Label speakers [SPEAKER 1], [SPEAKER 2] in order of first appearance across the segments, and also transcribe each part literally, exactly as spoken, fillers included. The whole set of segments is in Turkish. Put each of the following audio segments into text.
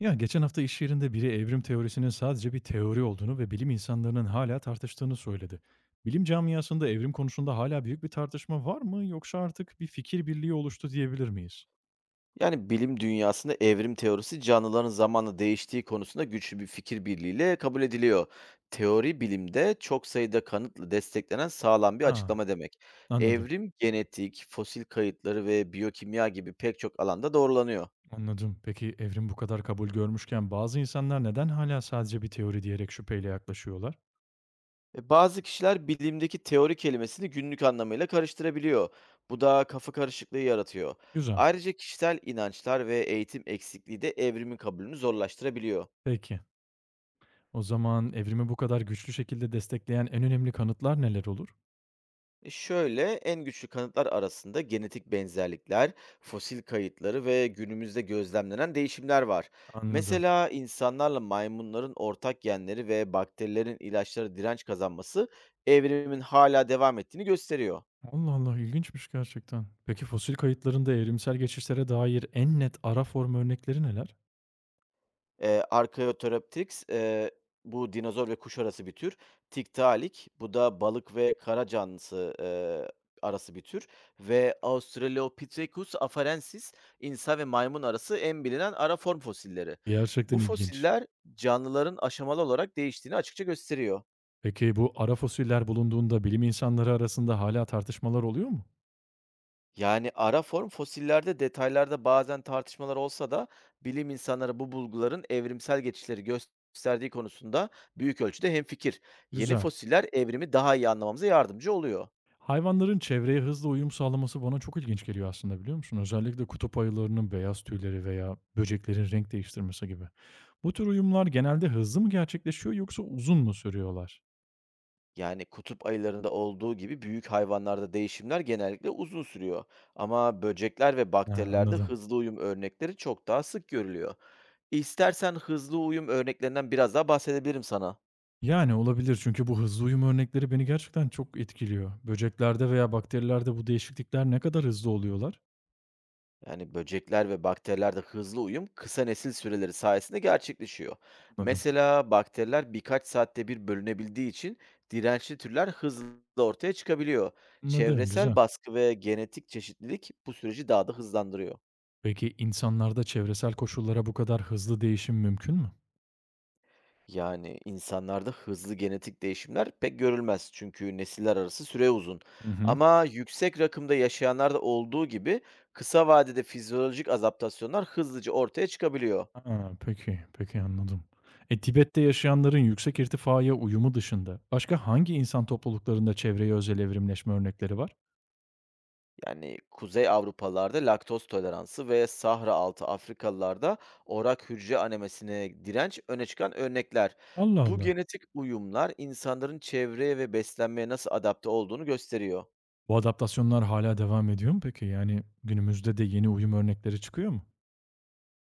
[SPEAKER 1] Ya geçen hafta iş yerinde biri evrim teorisinin sadece bir teori olduğunu ve bilim insanlarının hala tartıştığını söyledi. Bilim camiasında evrim konusunda hala büyük bir tartışma var mı yoksa artık bir fikir birliği oluştu diyebilir miyiz?
[SPEAKER 2] Yani bilim dünyasında evrim teorisi canlıların zamanla değiştiği konusunda güçlü bir fikir birliğiyle kabul ediliyor. Teori bilimde çok sayıda kanıtla desteklenen sağlam bir
[SPEAKER 1] Ha,
[SPEAKER 2] açıklama demek.
[SPEAKER 1] anladım.
[SPEAKER 2] Evrim genetik, fosil kayıtları ve biyokimya gibi pek çok alanda doğrulanıyor.
[SPEAKER 1] Anladım. Peki evrim bu kadar kabul görmüşken bazı insanlar neden hala sadece bir teori diyerek şüpheyle yaklaşıyorlar?
[SPEAKER 2] E, Bazı kişiler bilimdeki teori kelimesini günlük anlamıyla karıştırabiliyor. Bu da kafa karışıklığı yaratıyor.
[SPEAKER 1] Güzel.
[SPEAKER 2] Ayrıca kişisel inançlar ve eğitim eksikliği de evrimin kabulünü zorlaştırabiliyor.
[SPEAKER 1] Peki. O zaman evrimi bu kadar güçlü şekilde destekleyen en önemli kanıtlar neler olur?
[SPEAKER 2] E, Şöyle en güçlü kanıtlar arasında genetik benzerlikler, fosil kayıtları ve günümüzde gözlemlenen değişimler var.
[SPEAKER 1] Anladım.
[SPEAKER 2] Mesela insanlarla maymunların ortak genleri ve bakterilerin ilaçlara direnç kazanması evrimin hala devam ettiğini gösteriyor.
[SPEAKER 1] Allah Allah, ilginçmiş gerçekten. Peki fosil kayıtlarında evrimsel geçişlere dair en net ara form örnekleri neler?
[SPEAKER 2] Eee, Archaeopteryx, eee, bu dinozor ve kuş arası bir tür. Tiktaalik, bu da balık ve kara canlısı, eee, arası bir tür ve Australopithecus afarensis, insan ve maymun arası en bilinen ara form fosilleri. Bu
[SPEAKER 1] Gerçekten ilginç.
[SPEAKER 2] fosiller canlıların aşamalı olarak değiştiğini açıkça gösteriyor.
[SPEAKER 1] Peki bu ara fosiller bulunduğunda bilim insanları arasında hala tartışmalar oluyor mu?
[SPEAKER 2] Yani ara form fosillerde detaylarda bazen tartışmalar olsa da bilim insanları bu bulguların evrimsel geçişleri gösterdiği konusunda büyük ölçüde hemfikir. Yeni
[SPEAKER 1] Güzel.
[SPEAKER 2] fosiller evrimi daha iyi anlamamıza yardımcı oluyor.
[SPEAKER 1] Hayvanların çevreye hızla uyum sağlaması bana çok ilginç geliyor aslında biliyor musun? Özellikle kutup ayılarının beyaz tüyleri veya böceklerin renk değiştirmesi gibi. Bu tür uyumlar genelde hızlı mı gerçekleşiyor yoksa uzun mu sürüyorlar?
[SPEAKER 2] Yani kutup ayılarında olduğu gibi büyük hayvanlarda değişimler genellikle uzun sürüyor. Ama böcekler ve
[SPEAKER 1] He,
[SPEAKER 2] bakterilerde
[SPEAKER 1] anladım.
[SPEAKER 2] hızlı uyum örnekleri çok daha sık görülüyor. İstersen hızlı uyum örneklerinden biraz daha bahsedebilirim sana.
[SPEAKER 1] Yani olabilir çünkü bu hızlı uyum örnekleri beni gerçekten çok etkiliyor. Böceklerde veya bakterilerde bu değişiklikler ne kadar hızlı oluyorlar?
[SPEAKER 2] Yani böcekler ve bakterilerde hızlı uyum kısa nesil süreleri sayesinde gerçekleşiyor.
[SPEAKER 1] Anladım.
[SPEAKER 2] Mesela bakteriler birkaç saatte bir bölünebildiği için dirençli türler hızlı ortaya çıkabiliyor.
[SPEAKER 1] Anladım,
[SPEAKER 2] Çevresel
[SPEAKER 1] güzel.
[SPEAKER 2] baskı ve genetik çeşitlilik bu süreci daha da hızlandırıyor.
[SPEAKER 1] Peki insanlarda çevresel koşullara bu kadar hızlı değişim mümkün mü?
[SPEAKER 2] Yani insanlarda hızlı genetik değişimler pek görülmez çünkü nesiller arası süre uzun.
[SPEAKER 1] Hı hı.
[SPEAKER 2] Ama yüksek rakımda yaşayanlarda olduğu gibi kısa vadede fizyolojik adaptasyonlar hızlıca ortaya çıkabiliyor.
[SPEAKER 1] Ha, peki, peki anladım. E, Tibet'te yaşayanların yüksek irtifaya uyumu dışında başka hangi insan topluluklarında çevreye özel evrimleşme örnekleri var?
[SPEAKER 2] Yani, Kuzey Avrupalılarda laktoz toleransı ve Sahra altı Afrikalılarda orak hücre anemisine direnç öne çıkan örnekler.
[SPEAKER 1] Allah
[SPEAKER 2] Bu
[SPEAKER 1] Allah.
[SPEAKER 2] genetik uyumlar insanların çevreye ve beslenmeye nasıl adapte olduğunu gösteriyor.
[SPEAKER 1] Bu adaptasyonlar hala devam ediyor mu peki? Yani günümüzde de yeni uyum örnekleri çıkıyor mu?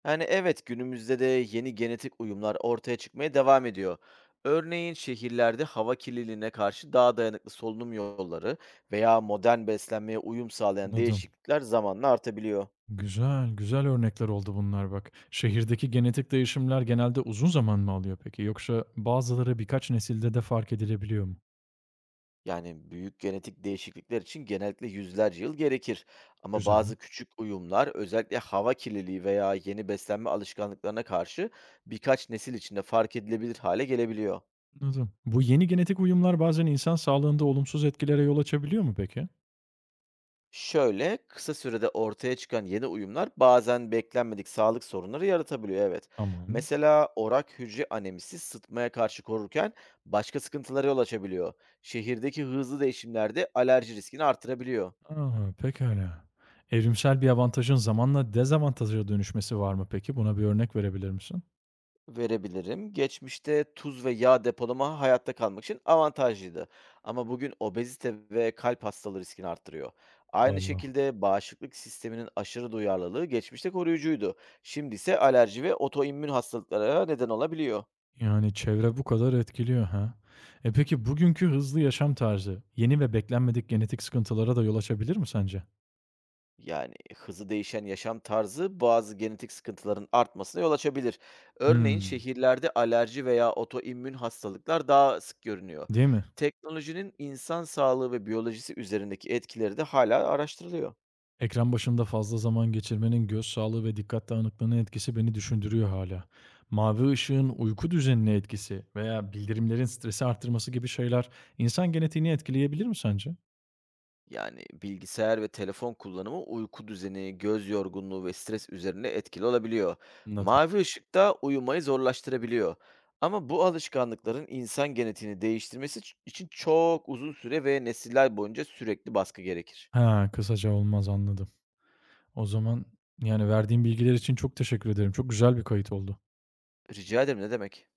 [SPEAKER 2] Yani evet, günümüzde de yeni genetik uyumlar ortaya çıkmaya devam ediyor. Örneğin şehirlerde hava kirliliğine karşı daha dayanıklı solunum yolları veya modern beslenmeye uyum sağlayan
[SPEAKER 1] Anladım.
[SPEAKER 2] değişiklikler zamanla artabiliyor.
[SPEAKER 1] Güzel, güzel örnekler oldu bunlar bak. Şehirdeki genetik değişimler genelde uzun zaman mı alıyor peki? Yoksa bazıları birkaç nesilde de fark edilebiliyor mu?
[SPEAKER 2] Yani büyük genetik değişiklikler için genellikle yüzlerce yıl gerekir. Ama
[SPEAKER 1] Güzel.
[SPEAKER 2] bazı küçük uyumlar özellikle hava kirliliği veya yeni beslenme alışkanlıklarına karşı birkaç nesil içinde fark edilebilir hale gelebiliyor.
[SPEAKER 1] Anladım. Bu yeni genetik uyumlar bazen insan sağlığında olumsuz etkilere yol açabiliyor mu peki?
[SPEAKER 2] Şöyle kısa sürede ortaya çıkan yeni uyumlar bazen beklenmedik sağlık sorunları yaratabiliyor evet.
[SPEAKER 1] Tamam.
[SPEAKER 2] Mesela orak hücre anemisi sıtmaya karşı korurken başka sıkıntılara yol açabiliyor. Şehirdeki hızlı değişimler de alerji riskini artırabiliyor.
[SPEAKER 1] Aa, pekala. Evrimsel bir avantajın zamanla dezavantaja dönüşmesi var mı peki? Buna bir örnek verebilir misin?
[SPEAKER 2] Verebilirim. Geçmişte tuz ve yağ depolama hayatta kalmak için avantajlıydı. Ama bugün obezite ve kalp hastalığı riskini arttırıyor.
[SPEAKER 1] Allah
[SPEAKER 2] Aynı
[SPEAKER 1] Allah.
[SPEAKER 2] şekilde bağışıklık sisteminin aşırı duyarlılığı geçmişte koruyucuydu. Şimdi ise alerji ve otoimmün hastalıklara neden olabiliyor.
[SPEAKER 1] Yani, çevre bu kadar etkiliyor, ha. E, peki bugünkü hızlı yaşam tarzı yeni ve beklenmedik genetik sıkıntılara da yol açabilir mi sence?
[SPEAKER 2] Yani, hızlı değişen yaşam tarzı bazı genetik sıkıntıların artmasına yol açabilir. Örneğin
[SPEAKER 1] Hımm.
[SPEAKER 2] şehirlerde alerji veya otoimmün hastalıklar daha sık görünüyor.
[SPEAKER 1] Değil mi?
[SPEAKER 2] Teknolojinin insan sağlığı ve biyolojisi üzerindeki etkileri de hala araştırılıyor.
[SPEAKER 1] Ekran başında fazla zaman geçirmenin göz sağlığı ve dikkat dağınıklığına etkisi beni düşündürüyor hala. Mavi ışığın uyku düzenine etkisi veya bildirimlerin stresi arttırması gibi şeyler insan genetiğini etkileyebilir mi sence?
[SPEAKER 2] Yani, bilgisayar ve telefon kullanımı uyku düzeni, göz yorgunluğu ve stres üzerine etkili olabiliyor.
[SPEAKER 1] Anladım.
[SPEAKER 2] Mavi ışık da uyumayı zorlaştırabiliyor. Ama bu alışkanlıkların insan genetiğini değiştirmesi ç- için çok uzun süre ve nesiller boyunca sürekli baskı gerekir.
[SPEAKER 1] Ha, kısaca olmaz, anladım. O zaman, yani, verdiğim bilgiler için çok teşekkür ederim. Çok güzel bir kayıt oldu.
[SPEAKER 2] Rica ederim, ne demek?